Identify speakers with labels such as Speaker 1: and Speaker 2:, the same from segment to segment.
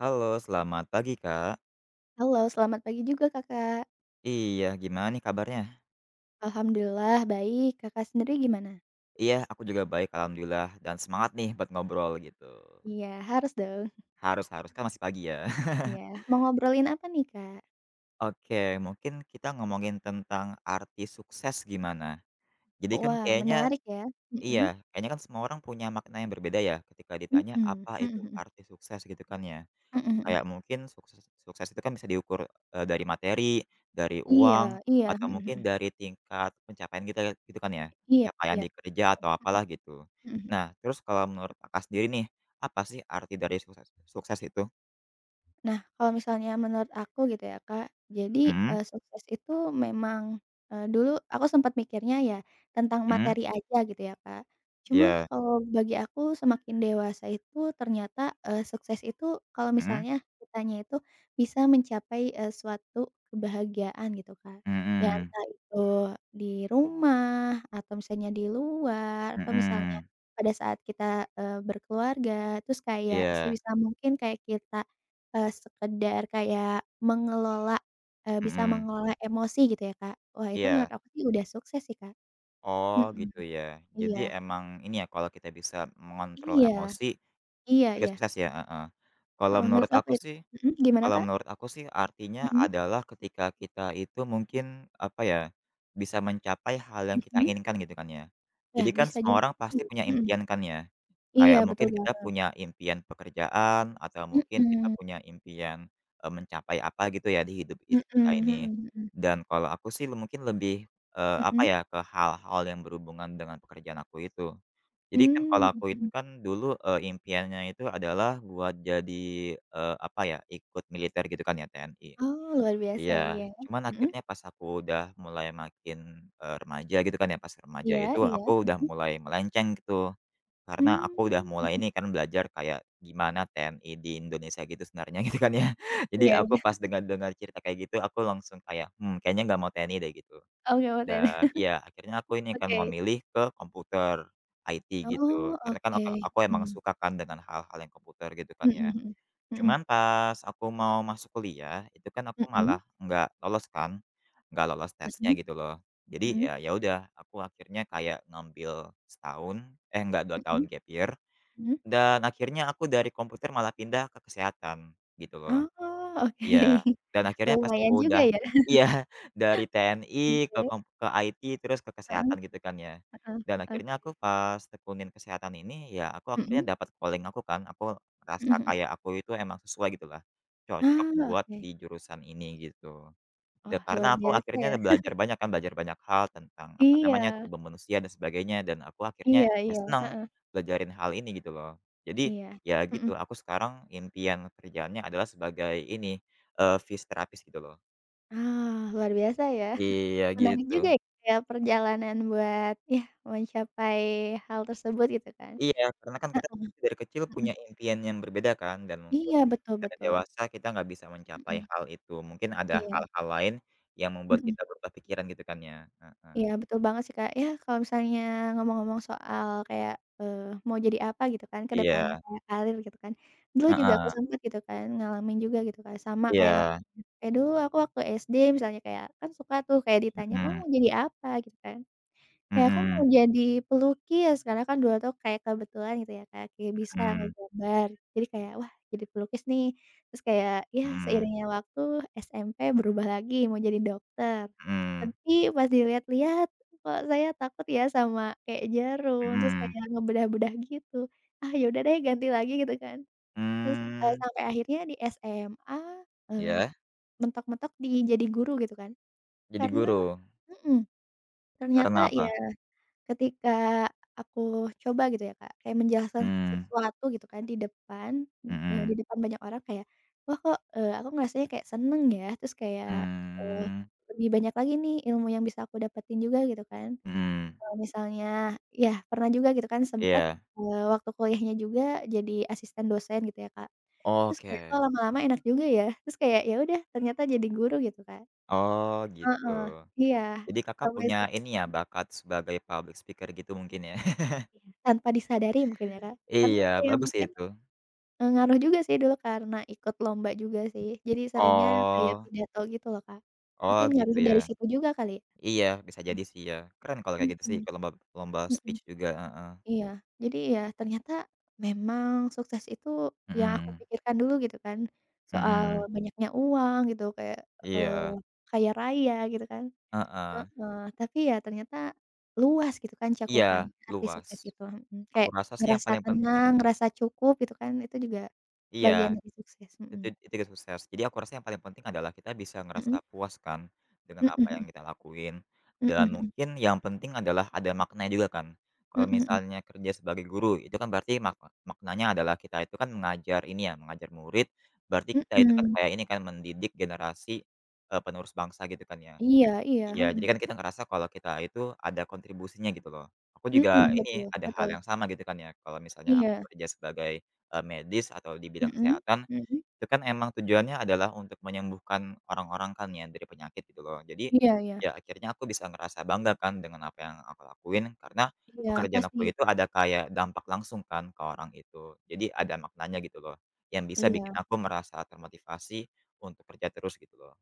Speaker 1: Halo, selamat pagi, Kak.
Speaker 2: Halo, selamat pagi juga, Kakak.
Speaker 1: Iya, gimana nih kabarnya?
Speaker 2: Alhamdulillah baik, Kakak sendiri gimana?
Speaker 1: Iya, aku juga baik alhamdulillah dan semangat nih buat ngobrol gitu.
Speaker 2: Iya, harus dong.
Speaker 1: Harus harus, kan masih pagi ya.
Speaker 2: Iya, mau ngobrolin apa nih, Kak?
Speaker 1: Oke, mungkin kita ngomongin tentang arti sukses gimana. Jadi kan
Speaker 2: Wah,
Speaker 1: kayaknya
Speaker 2: menarik ya. Mhm.
Speaker 1: iya, kayaknya kan semua orang punya makna yang berbeda ya ketika
Speaker 2: Mhm,
Speaker 1: ditanya
Speaker 2: mhm
Speaker 1: apa itu
Speaker 2: mhm.
Speaker 1: arti sukses gitu kan ya.
Speaker 2: Mhm mhm.
Speaker 1: Kayak mungkin sukses sukses itu kan bisa diukur, dari materi, dari
Speaker 2: Iya
Speaker 1: uang,
Speaker 2: iya,
Speaker 1: atau
Speaker 2: mhm mhm.
Speaker 1: mungkin dari tingkat pencapaian kita gitu kan ya,
Speaker 2: Iya
Speaker 1: pencapaian
Speaker 2: iya.
Speaker 1: di kerja atau apalah gitu.
Speaker 2: Mhm mhm.
Speaker 1: Nah, terus kalau menurut Kakak sendiri nih, apa sih arti dari sukses sukses itu?
Speaker 2: Nah, kalau misalnya menurut aku gitu ya, Kak, jadi,
Speaker 1: Mhm
Speaker 2: sukses itu memang, dulu aku sempat mikirnya ya tentang
Speaker 1: mhm,
Speaker 2: materi aja gitu ya, Kak. Cuman
Speaker 1: iya,
Speaker 2: kalau bagi aku semakin dewasa itu ternyata, sukses itu kalau
Speaker 1: mhm,
Speaker 2: misalnya kitanya itu bisa mencapai, suatu kebahagiaan gitu, Kak. Ya
Speaker 1: mhm,
Speaker 2: entah itu di rumah atau misalnya di luar atau misalnya
Speaker 1: mhm,
Speaker 2: pada saat kita, berkeluarga terus kayak
Speaker 1: iya,
Speaker 2: sebisa mungkin kayak kita sekedar kayak mengelola, bisa
Speaker 1: mhm,
Speaker 2: mengelola emosi gitu ya, Kak. Wah, itu
Speaker 1: iya.
Speaker 2: menurut aku sih udah sukses sih, Kak.
Speaker 1: Oh
Speaker 2: Mhm.
Speaker 1: gitu ya. Jadi
Speaker 2: Iya.
Speaker 1: emang ini ya, kalau kita bisa mengontrol
Speaker 2: Iya
Speaker 1: emosi
Speaker 2: iya
Speaker 1: juga
Speaker 2: iya.
Speaker 1: sukses ya? Heeh. Kalau
Speaker 2: Heeh, menurut
Speaker 1: menurut
Speaker 2: aku
Speaker 1: aku
Speaker 2: itu.
Speaker 1: sih
Speaker 2: Mhm, gimana,
Speaker 1: Kalau
Speaker 2: Kak?
Speaker 1: menurut aku sih artinya
Speaker 2: Mhm
Speaker 1: adalah ketika kita itu mungkin, apa ya, bisa mencapai hal yang kita
Speaker 2: mhm.
Speaker 1: inginkan gitu kan ya.
Speaker 2: Ya,
Speaker 1: Jadi kan
Speaker 2: bisa
Speaker 1: semua
Speaker 2: juga
Speaker 1: orang
Speaker 2: sih.
Speaker 1: pasti punya
Speaker 2: Mhm.
Speaker 1: impian kan ya.
Speaker 2: Iya,
Speaker 1: Kayak
Speaker 2: betul
Speaker 1: mungkin kita
Speaker 2: banget.
Speaker 1: punya impian pekerjaan atau mungkin kita
Speaker 2: Mhm.
Speaker 1: punya impian, mencapai apa gitu ya di hidup hidup
Speaker 2: Mhm
Speaker 1: kita
Speaker 2: mhm
Speaker 1: ini.
Speaker 2: mhm.
Speaker 1: Dan kalau aku sih mungkin lebih, apa
Speaker 2: Mhm.
Speaker 1: ya, ke hal-hal yang berhubungan dengan pekerjaan aku itu. Jadi kan kalau
Speaker 2: Mmm,
Speaker 1: aku itu
Speaker 2: mhm.
Speaker 1: kan dulu, impiannya itu adalah buat jadi, apa ya, ikut militer gitu kan ya, TNI.
Speaker 2: Oh, luar biasa,
Speaker 1: Iya,
Speaker 2: iya.
Speaker 1: cuman
Speaker 2: Mhm.
Speaker 1: akhirnya pas aku udah mulai makin, remaja gitu kan ya, pas remaja
Speaker 2: Iya
Speaker 1: itu
Speaker 2: iya.
Speaker 1: aku udah
Speaker 2: Mhm.
Speaker 1: mulai melenceng gitu, karena aku udah
Speaker 2: Mmm,
Speaker 1: mulai
Speaker 2: mhm.
Speaker 1: ini kan belajar kayak gimana TNI di Indonesia gitu sebenarnya gitu kan ya. Jadi
Speaker 2: Iya
Speaker 1: aku
Speaker 2: iya.
Speaker 1: pas dengar-dengar cerita kayak gitu aku langsung kayak, "Mmm, kayaknya nggak mau TNI deh," gitu.
Speaker 2: Oke,
Speaker 1: Dan
Speaker 2: oke.
Speaker 1: iya, akhirnya aku ini kan memilih ke komputer IT gitu,
Speaker 2: Oh,
Speaker 1: karena kan
Speaker 2: oke.
Speaker 1: aku emang
Speaker 2: Mhm.
Speaker 1: suka kan dengan hal-hal yang komputer gitu kan ya.
Speaker 2: Mhm mhm.
Speaker 1: Cuman pas aku mau masuk kuliah, itu kan aku
Speaker 2: Mhm mhm
Speaker 1: malah nggak lolos kan, nggak lolos tesnya
Speaker 2: mhm
Speaker 1: gitu loh. Jadi
Speaker 2: mhm
Speaker 1: ya ya udah, aku akhirnya kayak ngambil setahun eh nggak, dua
Speaker 2: mhm
Speaker 1: tahun gap year,
Speaker 2: mhm.
Speaker 1: dan akhirnya aku dari komputer malah pindah ke kesehatan, gitu loh.
Speaker 2: Oh,
Speaker 1: Iya,
Speaker 2: oke.
Speaker 1: dan akhirnya pas aku
Speaker 2: Lumayan juga
Speaker 1: udah
Speaker 2: ya.
Speaker 1: iya, dari TNI
Speaker 2: Oke,
Speaker 1: ke IT terus ke
Speaker 2: heeh
Speaker 1: kesehatan gitu kan ya,
Speaker 2: heeh,
Speaker 1: dan akhirnya aku
Speaker 2: oke.
Speaker 1: pas tekunin kesehatan ini ya aku akhirnya
Speaker 2: Mhm
Speaker 1: dapat calling aku kan, aku
Speaker 2: mhm
Speaker 1: ngerasa
Speaker 2: mhm.
Speaker 1: kayak aku itu emang sesuai gitulah, cocok
Speaker 2: Ah,
Speaker 1: buat
Speaker 2: oke.
Speaker 1: di jurusan ini gitu. Ya
Speaker 2: Wah, luar
Speaker 1: karena aku
Speaker 2: biasa
Speaker 1: akhirnya
Speaker 2: ya.
Speaker 1: belajar banyak kan, belajar banyak hal tentang apa namanya,
Speaker 2: Iya
Speaker 1: tubuh manusia dan sebagainya dan aku
Speaker 2: iya
Speaker 1: akhirnya ya
Speaker 2: iya
Speaker 1: senang belajarin hal ini gitu loh. Jadi,
Speaker 2: iya.
Speaker 1: ya
Speaker 2: Mhm.
Speaker 1: gitu aku sekarang impian kerjaannya adalah sebagai ini, fisioterapis gitu loh.
Speaker 2: Ah, luar biasa ya.
Speaker 1: Iya
Speaker 2: Menarik
Speaker 1: gitu.
Speaker 2: juga ya kayak perjalanan buat ya mencapai hal tersebut gitu kan.
Speaker 1: Iya karena kan kita
Speaker 2: Heeh
Speaker 1: dari kecil
Speaker 2: heeh.
Speaker 1: punya impian yang berbeda kan dan mungkin
Speaker 2: Iya, betul
Speaker 1: karena
Speaker 2: betul.
Speaker 1: dewasa kita nggak bisa mencapai
Speaker 2: Mhm,
Speaker 1: hal itu. Mungkin ada
Speaker 2: iya.
Speaker 1: hal-hal lain yang membuat
Speaker 2: Mhm.
Speaker 1: kita berubah pikiran gitu kan ya, heeh.
Speaker 2: Iya, betul banget sih, Kak. Ya, kalau misalnya ngomong-ngomong soal kayak, mau jadi apa gitu kan ke depannya
Speaker 1: Iya,
Speaker 2: kayak karir gitu kan. Dulu juga aku
Speaker 1: heeh,
Speaker 2: sempet gitu kan ngalamin juga gitu kan sama kayak Kakak.
Speaker 1: iya,
Speaker 2: Kayak dulu aku waktu SD misalnya kayak kan suka tuh kayak ditanya, "Kamu
Speaker 1: mhm,
Speaker 2: mau jadi apa?" Gitu kan. Kayak aku mau
Speaker 1: mhm.
Speaker 2: jadi pelukis, karena kan dulu tuh kayak kebetulan gitu ya Kak, kayak bisa
Speaker 1: Mmm,
Speaker 2: ngegambar. Jadi kayak, wah jadi pelukis nih. Terus kayak, ya
Speaker 1: mhm
Speaker 2: seiringnya waktu SMP berubah lagi mau jadi dokter.
Speaker 1: mhm
Speaker 2: Tapi pas dilihat-lihat, kok saya takut ya sama kayak jarum, terus
Speaker 1: mhm,
Speaker 2: kayak ngebedah-bedah gitu. Ah ya udah deh ganti lagi gitu kan. Terus,
Speaker 1: mmm,
Speaker 2: sampai akhirnya di SMA, eee,
Speaker 1: iya,
Speaker 2: mentok-mentok di jadi guru gitu kan.
Speaker 1: jadi
Speaker 2: Karena
Speaker 1: guru?
Speaker 2: mhm, ternyata
Speaker 1: Karena apa?
Speaker 2: ya ketika aku coba gitu ya, Kak, kayak menjelaskan
Speaker 1: Mmm,
Speaker 2: sesuatu gitu kan di depan, di
Speaker 1: mhm,
Speaker 2: depan banyak orang kayak, wah kok, aku ngerasanya kayak seneng ya, terus kayak, eee,
Speaker 1: mmm,
Speaker 2: lebih banyak lagi nih ilmu yang bisa aku dapetin juga gitu kan.
Speaker 1: mhm,
Speaker 2: Kalau misalnya ya pernah juga gitu kan sempet,
Speaker 1: iya,
Speaker 2: waktu kuliahnya juga jadi asisten dosen gitu ya, Kak. Terus kayak kok
Speaker 1: oke,
Speaker 2: lama-lama enak juga ya, terus kayak ya udah ternyata jadi guru gitu kan.
Speaker 1: oh gitu.
Speaker 2: Eee, iya,
Speaker 1: Jadi Kakak
Speaker 2: sampai
Speaker 1: punya
Speaker 2: situ.
Speaker 1: ini ya, bakat sebagai public speaker gitu mungkin ya?
Speaker 2: Iya, tanpa disadari mungkin ya, Kak, karena
Speaker 1: Iya,
Speaker 2: kayak
Speaker 1: bagus sih
Speaker 2: mungkin
Speaker 1: itu.
Speaker 2: Ngaruh juga sih dulu karena ikut lomba juga sih, jadi seringnya kayak
Speaker 1: Oh
Speaker 2: pidato gitu loh, Kak.
Speaker 1: oh,
Speaker 2: Mungkin
Speaker 1: gitu
Speaker 2: ngaruh
Speaker 1: ya.
Speaker 2: dari situ juga kali ya?
Speaker 1: Iya, bisa jadi sih ya, keren kalau kayak gitu
Speaker 2: Mhm
Speaker 1: sih, ikut lomba lomba
Speaker 2: mhm,
Speaker 1: speech juga, heeh,
Speaker 2: iya. Jadi ya ternyata memang sukses itu yang aku
Speaker 1: mhm
Speaker 2: pikirkan dulu gitu kan, soal
Speaker 1: mhm,
Speaker 2: banyaknya uang gitu kayak, eee,
Speaker 1: iya,
Speaker 2: kaya raya gitu kan
Speaker 1: heeh,
Speaker 2: heeh, tapi ya ternyata luas gitu kan
Speaker 1: iya,
Speaker 2: cakupannya arti
Speaker 1: luas.
Speaker 2: sukses itu,
Speaker 1: Aku
Speaker 2: kayak
Speaker 1: rasa sih yang
Speaker 2: ngerasa
Speaker 1: paling penting
Speaker 2: tenang, ngerasa cukup gitu kan, itu juga
Speaker 1: iya,
Speaker 2: bagian dari sukses, mhm,
Speaker 1: itu juga sukses. Jadi aku rasa yang paling penting adalah kita bisa ngerasa
Speaker 2: mhm?
Speaker 1: puas kan, dengan
Speaker 2: Mhm
Speaker 1: apa yang
Speaker 2: mhm.
Speaker 1: kita lakuin,
Speaker 2: Mhm
Speaker 1: dan
Speaker 2: mhm.
Speaker 1: mungkin yang penting adalah ada maknanya juga kan. Kalau
Speaker 2: Mhm mhm.
Speaker 1: misalnya kerja sebagai guru, itu kan berarti maknanya adalah kita itu kan mengajar ini ya, mengajar murid, berarti kita itu kan
Speaker 2: Mhm.
Speaker 1: kayak ini kan mendidik generasi, penerus bangsa gitu kan ya.
Speaker 2: Iya iya,
Speaker 1: Iya,
Speaker 2: mhm.
Speaker 1: jadi kan kita ngerasa kalau kita itu ada kontribusinya gitu loh. Aku
Speaker 2: Mhm,
Speaker 1: juga ini,
Speaker 2: betul
Speaker 1: ada hal
Speaker 2: betul.
Speaker 1: yang sama gitu kan ya, kalau misalnya aku
Speaker 2: Iya.
Speaker 1: kerja sebagai, medis atau di bidang
Speaker 2: Mhm
Speaker 1: kesehatan,
Speaker 2: mhm.
Speaker 1: itu kan emang tujuannya adalah untuk menyembuhkan orang-orang kan ya dari penyakit gitu loh. Jadi,
Speaker 2: Iya iya.
Speaker 1: ya akhirnya aku bisa ngerasa bangga kan dengan apa yang aku lakuin karena
Speaker 2: Iya,
Speaker 1: pekerjaan
Speaker 2: pasti.
Speaker 1: aku itu ada kayak dampak langsung kan ke orang itu. Jadi ada maknanya gitu loh, yang bisa bikin
Speaker 2: Iya
Speaker 1: aku merasa termotivasi untuk kerja terus gitu loh.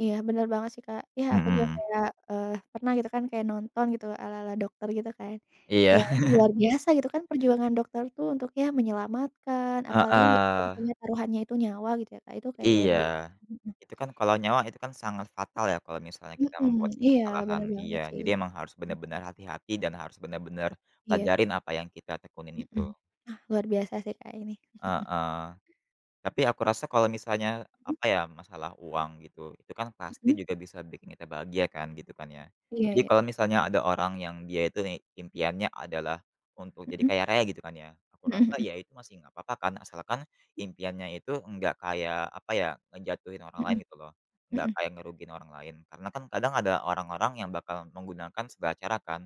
Speaker 2: iya, bener banget sih, Kak. Ya, aku juga
Speaker 1: Mhm.
Speaker 2: kayak, eee, pernah gitu kan kayak nonton gitu ala-ala dokter gitu kan.
Speaker 1: Iya,
Speaker 2: Kayak luar biasa gitu kan perjuangan dokter tuh untuk ya menyelamatkan, apalagi kalau
Speaker 1: heeh.
Speaker 2: misalnya taruhannya itu nyawa gitu ya, Kak, itu kayak luar
Speaker 1: Iya,
Speaker 2: biasa. Mhm.
Speaker 1: itu kan kalau nyawa itu kan sangat fatal ya kalau misalnya kita
Speaker 2: Mhm,
Speaker 1: membuat suatu
Speaker 2: iya,
Speaker 1: kesalahan,
Speaker 2: bener
Speaker 1: iya,
Speaker 2: banget sih.
Speaker 1: jadi emang harus
Speaker 2: Mhm,
Speaker 1: benar-benar hati-hati dan harus benar-benar
Speaker 2: iya,
Speaker 1: pelajarin apa yang kita tekunin itu,
Speaker 2: mhm. Ah, luar biasa sih, Kak, ini. Mhm.
Speaker 1: heeh. Tapi aku rasa kalau misalnya,
Speaker 2: Mhm
Speaker 1: apa ya, masalah uang gitu, itu kan pasti
Speaker 2: mhm,
Speaker 1: juga bisa bikin kita bahagia kan, gitu kan ya.
Speaker 2: iya
Speaker 1: Jadi
Speaker 2: iya,
Speaker 1: kalau misalnya ada orang yang dia itu nih impiannya adalah untuk jadi
Speaker 2: mhm,
Speaker 1: kaya raya gitu kan ya, aku rasa
Speaker 2: mhm
Speaker 1: ya itu masih nggak apa-apa kan, asalkan impiannya itu nggak kayak, apa ya, ngejatuhin orang
Speaker 2: mhm
Speaker 1: lain gitu loh,
Speaker 2: mhm
Speaker 1: nggak
Speaker 2: mhm,
Speaker 1: kayak ngerugiin orang lain. Karena kan kadang ada orang-orang yang bakal menggunakan segala cara kan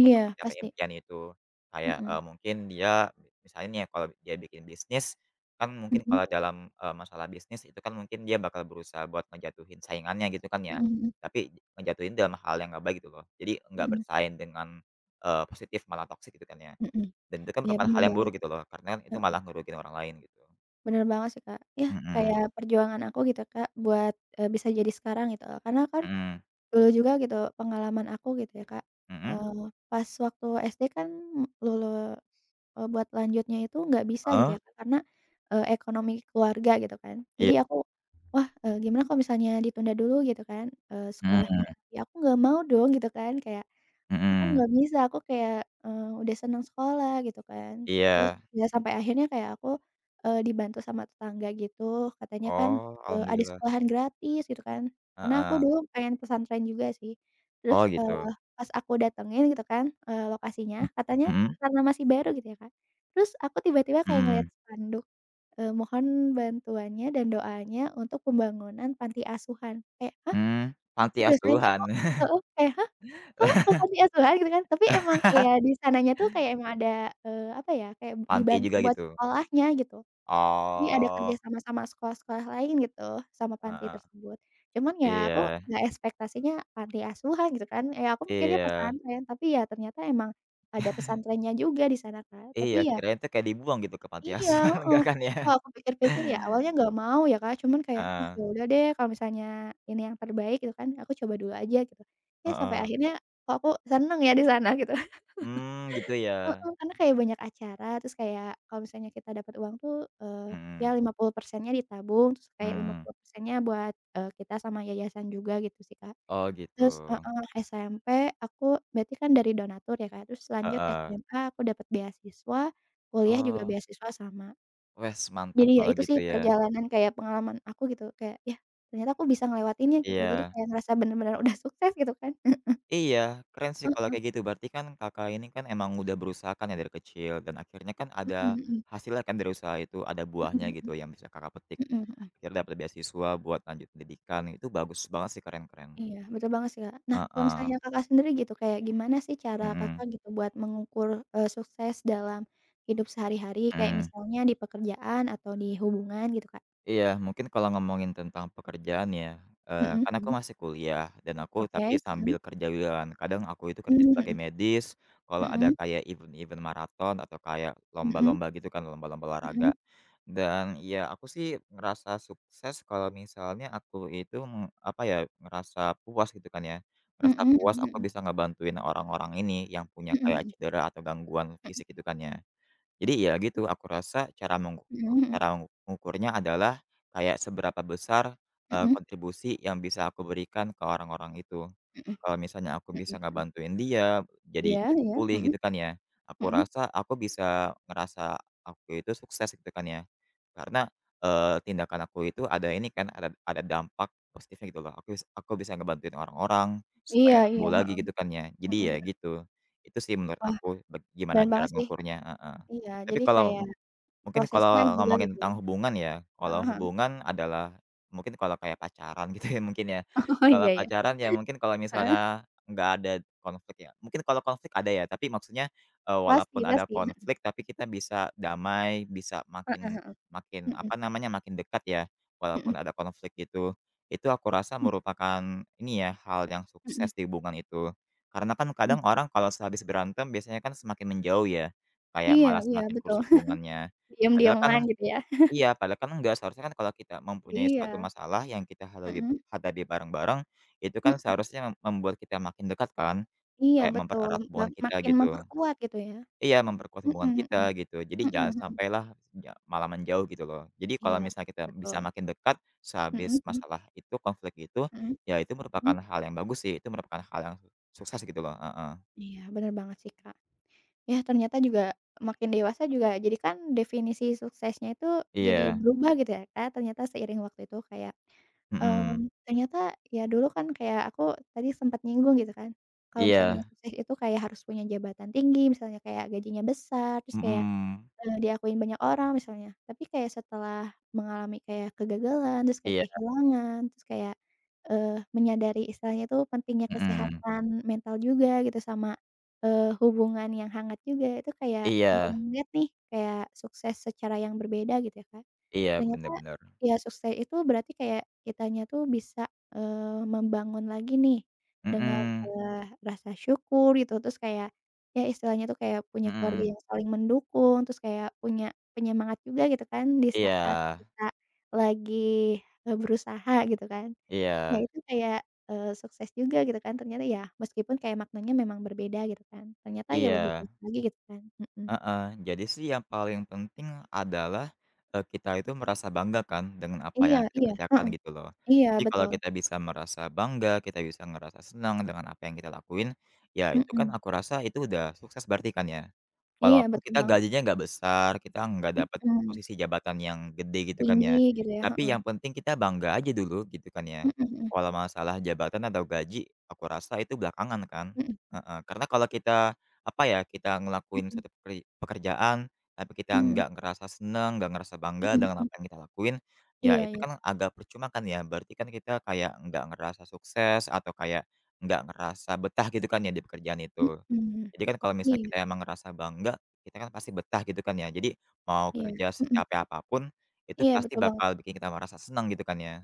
Speaker 1: untuk mencapai
Speaker 2: pasti,
Speaker 1: impian itu. Kayak,
Speaker 2: mhm,
Speaker 1: mungkin dia misalnya nih ya kalau dia bikin bisnis, kan mungkin
Speaker 2: mhm
Speaker 1: kalau dalam, masalah bisnis itu kan mungkin dia bakal berusaha buat ngejatuhin saingannya gitu kan ya.
Speaker 2: mhm mhm
Speaker 1: Tapi ngejatuhin dalam hal yang nggak baik gitu loh. Jadi nggak
Speaker 2: mhm
Speaker 1: bersaing dengan, positif malah toksik gitu kan ya.
Speaker 2: mhm,
Speaker 1: Dan itu kan
Speaker 2: iya
Speaker 1: merupakan
Speaker 2: bener
Speaker 1: hal yang
Speaker 2: banget,
Speaker 1: buruk gitu loh, karena kan itu
Speaker 2: heeh,
Speaker 1: malah ngerugiin orang lain gitu.
Speaker 2: bener banget sih, Kak, yah
Speaker 1: Mhm
Speaker 2: kayak perjuangan aku gitu, Kak, buat, bisa jadi sekarang gitu, loh. Karena kan
Speaker 1: mhm
Speaker 2: dulu juga gitu pengalaman aku gitu ya, Kak,
Speaker 1: mhm,
Speaker 2: pas waktu SD kan lulu buat lanjutnya itu nggak bisa gitu
Speaker 1: heeh,
Speaker 2: ya, Kak, karena, ekonomi keluarga gitu kan. Jadi
Speaker 1: iya,
Speaker 2: aku, wah, gimana kalau misalnya ditunda dulu gitu kan,
Speaker 1: mhm
Speaker 2: sekolahnya, ya aku nggak mau dong gitu kan kayak, aku
Speaker 1: mhm,
Speaker 2: nggak bisa, aku kayak, udah seneng sekolah gitu kan, terus
Speaker 1: iya.
Speaker 2: ya sampai akhirnya kayak aku, dibantu sama tetangga gitu, katanya kan,
Speaker 1: Oh,
Speaker 2: ada
Speaker 1: alhamdulillah,
Speaker 2: sekolahan gratis gitu kan, karena aku
Speaker 1: heeh.
Speaker 2: dulu pengen pesantren juga sih.
Speaker 1: Oh
Speaker 2: Terus,
Speaker 1: gitu,
Speaker 2: pas aku datengin gitu kan, lokasinya, katanya
Speaker 1: mhm
Speaker 2: karena masih baru gitu ya, Kak, terus aku tiba-tiba kayak ngeliat
Speaker 1: mhm.
Speaker 2: spanduk, "Mohon bantuannya dan doanya untuk pembangunan panti asuhan." Kayak, "Hah?
Speaker 1: Mmm, panti
Speaker 2: Serius aja
Speaker 1: asuhan.
Speaker 2: kok?" Heeh, kayak, "Hah? Oh, ke panti asuhan gitu kan, tapi emang kayak di sananya tuh kayak emang ada, apa ya, kayak
Speaker 1: Panti
Speaker 2: dibantu
Speaker 1: juga
Speaker 2: buat
Speaker 1: gitu?
Speaker 2: sekolahnya gitu. Jadi ada kerja
Speaker 1: Oh,
Speaker 2: sama sama sekolah-sekolah lain gitu, sama panti
Speaker 1: heeh,
Speaker 2: tersebut. Cuman ya aku
Speaker 1: iya
Speaker 2: nggak ekspektasinya panti asuhan gitu kan, ya aku mikirnya
Speaker 1: iya
Speaker 2: pesantren, tapi ya ternyata emang ada pesantrennya juga di sana kan. Tapi
Speaker 1: iya,
Speaker 2: ya
Speaker 1: kirain tuh kayak dibuang gitu ke panti
Speaker 2: iya,
Speaker 1: asuhan,
Speaker 2: heeh,
Speaker 1: enggak kan
Speaker 2: tapi
Speaker 1: ya?
Speaker 2: kalau aku pikir-pikir ya awalnya nggak mau ya Kak, cuman kayak, "Ah,
Speaker 1: Heeh
Speaker 2: ya udah deh kalau misalnya ini yang terbaik," gitu kan, "aku coba dulu aja," gitu. Ya sampai
Speaker 1: heeh,
Speaker 2: akhirnya kok aku seneng ya di sana gitu.
Speaker 1: mmm, gitu ya?
Speaker 2: Heeh, karena kayak banyak acara, terus kayak kalau misalnya kita dapat uang tuh, eee, ya
Speaker 1: Mhm
Speaker 2: 50%-nya ditabung, terus kayak lima
Speaker 1: mhm,
Speaker 2: puluh persennya buat, kita sama yayasan juga gitu sih Kak.
Speaker 1: oh gitu,
Speaker 2: Terus heeh, SMP aku berarti kan dari donatur ya Kak, terus lanjut
Speaker 1: heeh,
Speaker 2: SMA aku dapat beasiswa, kuliah juga
Speaker 1: oh,
Speaker 2: beasiswa sama.
Speaker 1: wes mantap
Speaker 2: Jadi ya
Speaker 1: kalau
Speaker 2: itu sih
Speaker 1: gitu ya,
Speaker 2: perjalanan kayak pengalaman aku gitu, kayak, "Yah, ternyata aku bisa ngelewatinnya," gitu. Jadi
Speaker 1: iya.
Speaker 2: kayak ngerasa bener-bener udah sukses gitu kan.
Speaker 1: Iya, keren sih kalau
Speaker 2: Heeh.
Speaker 1: kayak gitu. Berarti kan Kakak ini kan emang udah berusaha kan ya dari kecil dan akhirnya kan ada
Speaker 2: Heeh, mhm.
Speaker 1: hasilnya kan dari usaha itu, ada buahnya
Speaker 2: Mhm mhm.
Speaker 1: gitu yang bisa Kakak petik.
Speaker 2: Mhm mhm.
Speaker 1: Akhirnya dapat beasiswa buat lanjut pendidikan, itu bagus banget sih, keren keren.
Speaker 2: Iya, betul banget sih, Kak. Nah, kalau
Speaker 1: Heeh,
Speaker 2: misalnya Kakak sendiri gitu, kayak gimana sih cara
Speaker 1: mhm,
Speaker 2: Kakak gitu buat mengukur, sukses dalam hidup sehari-hari, kayak
Speaker 1: mhm.
Speaker 2: misalnya di pekerjaan atau di hubungan gitu, Kak?
Speaker 1: Iya, mungkin kalau ngomongin tentang pekerjaan ya,
Speaker 2: Mhm
Speaker 1: kan aku
Speaker 2: mhm.
Speaker 1: masih kuliah dan aku tapi
Speaker 2: Oke. Mhm.
Speaker 1: sambil kerja juga kan. Kadang aku itu kerja
Speaker 2: Mmm,
Speaker 1: sebagai
Speaker 2: mhm.
Speaker 1: medis, kalau ada
Speaker 2: Mhm.
Speaker 1: kayak event-event maraton atau kayak
Speaker 2: Mhm.
Speaker 1: lomba-lomba gitu kan, lomba-lomba olahraga.
Speaker 2: Mhm.
Speaker 1: Dan ya aku sih ngerasa sukses kalau misalnya aku itu, mmm, apa ya, ngerasa puas gitu kan ya,
Speaker 2: Mhm
Speaker 1: ngerasa
Speaker 2: mhm
Speaker 1: puas aku
Speaker 2: mhm.
Speaker 1: bisa ngebantuin orang-orang ini yang punya
Speaker 2: Mhm
Speaker 1: kayak
Speaker 2: mhm.
Speaker 1: cedera atau gangguan fisik gitu kan ya. Jadi ya gitu, aku rasa
Speaker 2: Mhm mhm mhm.
Speaker 1: cara mengukurnya adalah kayak seberapa besar,
Speaker 2: Mhm mhm
Speaker 1: kontribusi yang bisa aku berikan ke orang-orang itu.
Speaker 2: mhm
Speaker 1: Kalau misalnya aku bisa
Speaker 2: mhm.
Speaker 1: ngebantuin dia, jadi
Speaker 2: Iya
Speaker 1: cepet
Speaker 2: iya,
Speaker 1: pulih
Speaker 2: mhm
Speaker 1: gitu kan ya, aku
Speaker 2: mhm.
Speaker 1: rasa aku bisa ngerasa aku itu sukses gitu kan ya. Karena, tindakan aku itu ada ini kan, ada dampak positifnya gitu loh, aku bisa ngebantuin orang-orang
Speaker 2: Iya
Speaker 1: supaya
Speaker 2: iya,
Speaker 1: sembuh lagi
Speaker 2: heeh,
Speaker 1: gitu kan ya.
Speaker 2: mhm
Speaker 1: Jadi ya
Speaker 2: mhm.
Speaker 1: gitu, itu sih menurut
Speaker 2: Wah,
Speaker 1: aku gimana
Speaker 2: keren
Speaker 1: cara
Speaker 2: banget sih.
Speaker 1: ngukurnya,
Speaker 2: Iya,
Speaker 1: tapi
Speaker 2: jadi
Speaker 1: kalau,
Speaker 2: kayak
Speaker 1: Mungkin
Speaker 2: prosesnya
Speaker 1: kalau
Speaker 2: juga gitu
Speaker 1: ngomongin
Speaker 2: ya.
Speaker 1: tentang hubungan ya,
Speaker 2: Heeh
Speaker 1: kalau
Speaker 2: heeh.
Speaker 1: hubungan adalah mungkin kalau kayak pacaran gitu ya mungkin ya.
Speaker 2: Oh,
Speaker 1: Kalau
Speaker 2: iya ya.
Speaker 1: pacaran ya mungkin kalau
Speaker 2: Heeh,
Speaker 1: misalnya nggak ada konflik ya, mungkin kalau konflik ada ya, tapi maksudnya,
Speaker 2: pasti
Speaker 1: walaupun ada
Speaker 2: pasti,
Speaker 1: konflik tapi kita bisa damai, bisa makin
Speaker 2: heeh,
Speaker 1: makin
Speaker 2: mhm
Speaker 1: apa namanya, makin dekat ya,
Speaker 2: mhm
Speaker 1: walaupun ada konflik gitu. Itu aku rasa
Speaker 2: mhm
Speaker 1: merupakan ini ya, hal yang
Speaker 2: mhm
Speaker 1: sukses di hubungan itu. Karena kan
Speaker 2: mhm.
Speaker 1: kadang orang kalau sehabis berantem biasanya kan semakin menjauh ya, kayak
Speaker 2: Iya
Speaker 1: malah
Speaker 2: iya,
Speaker 1: semakin
Speaker 2: betul.
Speaker 1: rusak hubungannya. Padahal kan
Speaker 2: Diam-diaman gitu ya.
Speaker 1: iya, padahal kan enggak, seharusnya kan kalau kita mempunyai suatu
Speaker 2: Iya,
Speaker 1: masalah yang kita hadapi
Speaker 2: mhm
Speaker 1: hadapi bareng-bareng, itu kan
Speaker 2: mhm.
Speaker 1: seharusnya membuat kita makin dekat kan,
Speaker 2: Iya,
Speaker 1: kayak
Speaker 2: betul,
Speaker 1: mempererat hubungan kita
Speaker 2: makin
Speaker 1: gitu.
Speaker 2: memperkuat gitu ya.
Speaker 1: Iya, memperkuat
Speaker 2: Mhm
Speaker 1: hubungan
Speaker 2: mhm.
Speaker 1: kita gitu. Jadi
Speaker 2: Mhm
Speaker 1: jangan
Speaker 2: mhm.
Speaker 1: sampailah malah menjauh gitu loh. Jadi
Speaker 2: Iya,
Speaker 1: kalau misalnya kita
Speaker 2: betul.
Speaker 1: bisa makin dekat
Speaker 2: Mhm
Speaker 1: sehabis
Speaker 2: mhm
Speaker 1: masalah itu, konflik itu,
Speaker 2: mhm
Speaker 1: ya itu merupakan
Speaker 2: mhm.
Speaker 1: hal yang bagus sih, itu merupakan hal yang sukses gitu loh, heeh.
Speaker 2: Iya, bener banget sih, Kak. Ya ternyata juga makin dewasa juga jadi kan definisi suksesnya itu jadi
Speaker 1: Iya,
Speaker 2: berubah gitu ya Kak, ternyata seiring waktu itu kayak,
Speaker 1: mhm,
Speaker 2: ternyata ya dulu kan kayak aku tadi sempat nyinggung gitu kan, kalau misalnya
Speaker 1: iya,
Speaker 2: sukses itu kayak harus punya jabatan tinggi misalnya kayak gajinya besar terus kayak,
Speaker 1: mhm,
Speaker 2: Diakuin banyak orang misalnya, tapi kayak setelah mengalami kayak kegagalan, terus kayak
Speaker 1: iya,
Speaker 2: kehilangan, terus kayak, menyadari istilahnya itu pentingnya
Speaker 1: mhm,
Speaker 2: kesehatan mental juga gitu sama, hubungan yang hangat juga, itu kayak mulai
Speaker 1: iya,
Speaker 2: ngeliat nih kayak sukses secara yang berbeda gitu ya, Kak.
Speaker 1: iya,
Speaker 2: Ternyata
Speaker 1: bener bener.
Speaker 2: ya sukses itu berarti kayak kitanya tuh bisa, membangun lagi nih dengan,
Speaker 1: Mhm,
Speaker 2: rasa syukur gitu, terus kayak ya istilahnya tuh kayak punya keluarga
Speaker 1: mhm.
Speaker 2: yang saling mendukung, terus kayak punya penyemangat juga gitu kan di
Speaker 1: Iya
Speaker 2: saat kita lagi, berusaha gitu kan. Ya
Speaker 1: iya
Speaker 2: itu kayak, sukses juga gitu kan ternyata ya meskipun kayak maknanya memang berbeda gitu kan, ternyata ya lebih
Speaker 1: iya,
Speaker 2: baik lagi gitu kan, mhm.
Speaker 1: heeh. Jadi sih yang paling penting adalah, kita itu merasa bangga kan dengan apa
Speaker 2: Iya
Speaker 1: yang kita
Speaker 2: iya,
Speaker 1: kerjakan
Speaker 2: heeh,
Speaker 1: gitu loh.
Speaker 2: iya
Speaker 1: Jadi kalau
Speaker 2: betul,
Speaker 1: kita bisa merasa bangga, kita bisa ngerasa senang dengan apa yang kita lakuin, ya itu kan
Speaker 2: mhm,
Speaker 1: aku rasa itu udah sukses berarti kan ya?
Speaker 2: iya
Speaker 1: Walaupun
Speaker 2: betul
Speaker 1: kita
Speaker 2: banget.
Speaker 1: gajinya nggak besar, kita nggak dapat
Speaker 2: Mhm,
Speaker 1: posisi jabatan yang gede gitu kan ya,
Speaker 2: tinggi gitu ya,
Speaker 1: tapi
Speaker 2: heeh,
Speaker 1: yang penting kita bangga aja dulu gitu kan ya.
Speaker 2: mhm
Speaker 1: Kalau masalah jabatan atau gaji, aku rasa itu belakangan kan,
Speaker 2: mhm,
Speaker 1: heeh. Karena kalau kita, apa ya, kita
Speaker 2: mhm
Speaker 1: ngelakuin
Speaker 2: mhm
Speaker 1: satu pekerjaan, tapi kita
Speaker 2: mhm
Speaker 1: nggak ngerasa seneng, nggak ngerasa bangga
Speaker 2: mhm
Speaker 1: dengan
Speaker 2: mhm,
Speaker 1: apa yang kita lakuin, ya
Speaker 2: iya
Speaker 1: itu
Speaker 2: iya,
Speaker 1: kan agak percuma kan ya, berarti kan kita kayak nggak ngerasa sukses atau kayak nggak ngerasa betah gitu kan ya di pekerjaan itu.
Speaker 2: mhm,
Speaker 1: Jadi kan kalau misalnya
Speaker 2: iya
Speaker 1: kita emang ngerasa bangga, kita kan pasti betah gitu kan ya. Jadi mau
Speaker 2: iya,
Speaker 1: kerja
Speaker 2: mhm,
Speaker 1: secapek apapun, itu
Speaker 2: iya
Speaker 1: pasti
Speaker 2: betul banget.
Speaker 1: bakal bikin kita merasa senang gitu kan ya.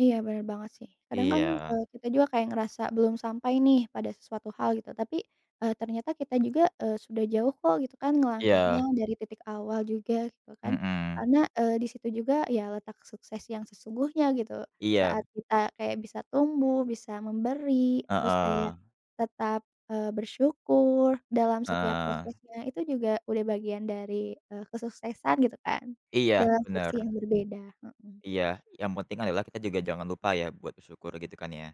Speaker 2: Iya, bener banget sih. Kadang kan,
Speaker 1: Iya
Speaker 2: kita juga kayak ngerasa belum sampai nih pada sesuatu hal gitu, tapi, ternyata kita juga, sudah jauh kok gitu kan ngelangkahnya
Speaker 1: iya,
Speaker 2: dari titik awal juga gitu kan.
Speaker 1: mhm,
Speaker 2: Karena, di situ juga ya letak sukses yang sesungguhnya gitu.
Speaker 1: iya,
Speaker 2: Saat kita kayak bisa tumbuh, bisa memberi, terus
Speaker 1: heeh
Speaker 2: kayak tetap, bersyukur dalam setiap
Speaker 1: heeh,
Speaker 2: prosesnya, itu juga udah bagian dari, kesuksesan gitu kan,
Speaker 1: iya,
Speaker 2: dalam
Speaker 1: bener.
Speaker 2: versi yang berbeda, mhm.
Speaker 1: Iya, yang penting adalah kita juga jangan lupa ya buat bersyukur gitu kan ya.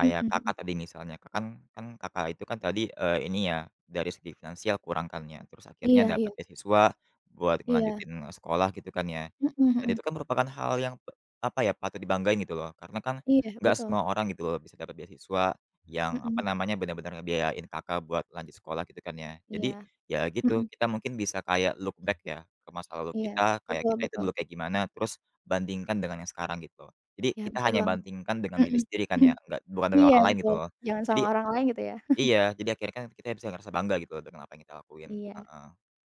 Speaker 2: Mhm mhm.
Speaker 1: Kakak tadi misalnya, Kak kan kan Kakak itu kan tadi, ini ya, dari segi finansial kurang kan ya, terus akhirnya
Speaker 2: Iya iya.
Speaker 1: dapat beasiswa buat
Speaker 2: Iya,
Speaker 1: ngelanjutin sekolah gitu kan ya.
Speaker 2: mhm
Speaker 1: Dan
Speaker 2: mhm,
Speaker 1: itu kan merupakan hal yang apa ya, patut dibanggain gitu loh, karena kan
Speaker 2: iya
Speaker 1: nggak
Speaker 2: betul,
Speaker 1: semua orang gitu loh bisa dapat beasiswa yang apa
Speaker 2: mhm,
Speaker 1: namanya, benar-benar ngebiayain Kakak buat lanjut sekolah gitu kan ya.
Speaker 2: iya,
Speaker 1: Jadi, ya
Speaker 2: mhm,
Speaker 1: gitu, kita mungkin bisa kayak look back ya, ke masa lalu
Speaker 2: iya,
Speaker 1: kita, kayak
Speaker 2: betul
Speaker 1: kita itu
Speaker 2: betul,
Speaker 1: dulu kayak gimana, terus Bandingkan dengan yang sekarang gitu. Jadi
Speaker 2: iya
Speaker 1: kita
Speaker 2: betul
Speaker 1: hanya
Speaker 2: banget,
Speaker 1: bandingkan dengan
Speaker 2: mhm,
Speaker 1: diri sendiri kan ya, nggak bukan dengan
Speaker 2: iya
Speaker 1: orang lain gitu
Speaker 2: betul,
Speaker 1: loh.
Speaker 2: jangan sama
Speaker 1: Jadi
Speaker 2: orang lain gitu ya,
Speaker 1: iya, jadi akhirnya kan kita bisa ngerasa bangga gitu loh dengan apa yang kita lakuin,
Speaker 2: iya,
Speaker 1: heeh.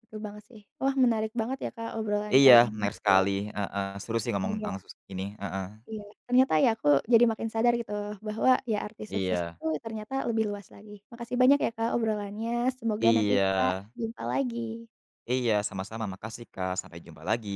Speaker 2: betul banget sih. Wah menarik banget ya Kak obrolan
Speaker 1: Iya,
Speaker 2: kali ini
Speaker 1: menarik
Speaker 2: gitu ya,
Speaker 1: sekali, heeh, seru sih ngomong
Speaker 2: iya
Speaker 1: tentang sus ini, heeh.
Speaker 2: iya, ternyata ya aku jadi makin sadar gitu bahwa ya arti sukses
Speaker 1: Iya
Speaker 2: itu ternyata lebih luas lagi. Makasih banyak ya Kak obrolannya, semoga nanti
Speaker 1: iya
Speaker 2: kita jumpa lagi.
Speaker 1: iya, sama-sama, makasih Kak, sampai jumpa lagi.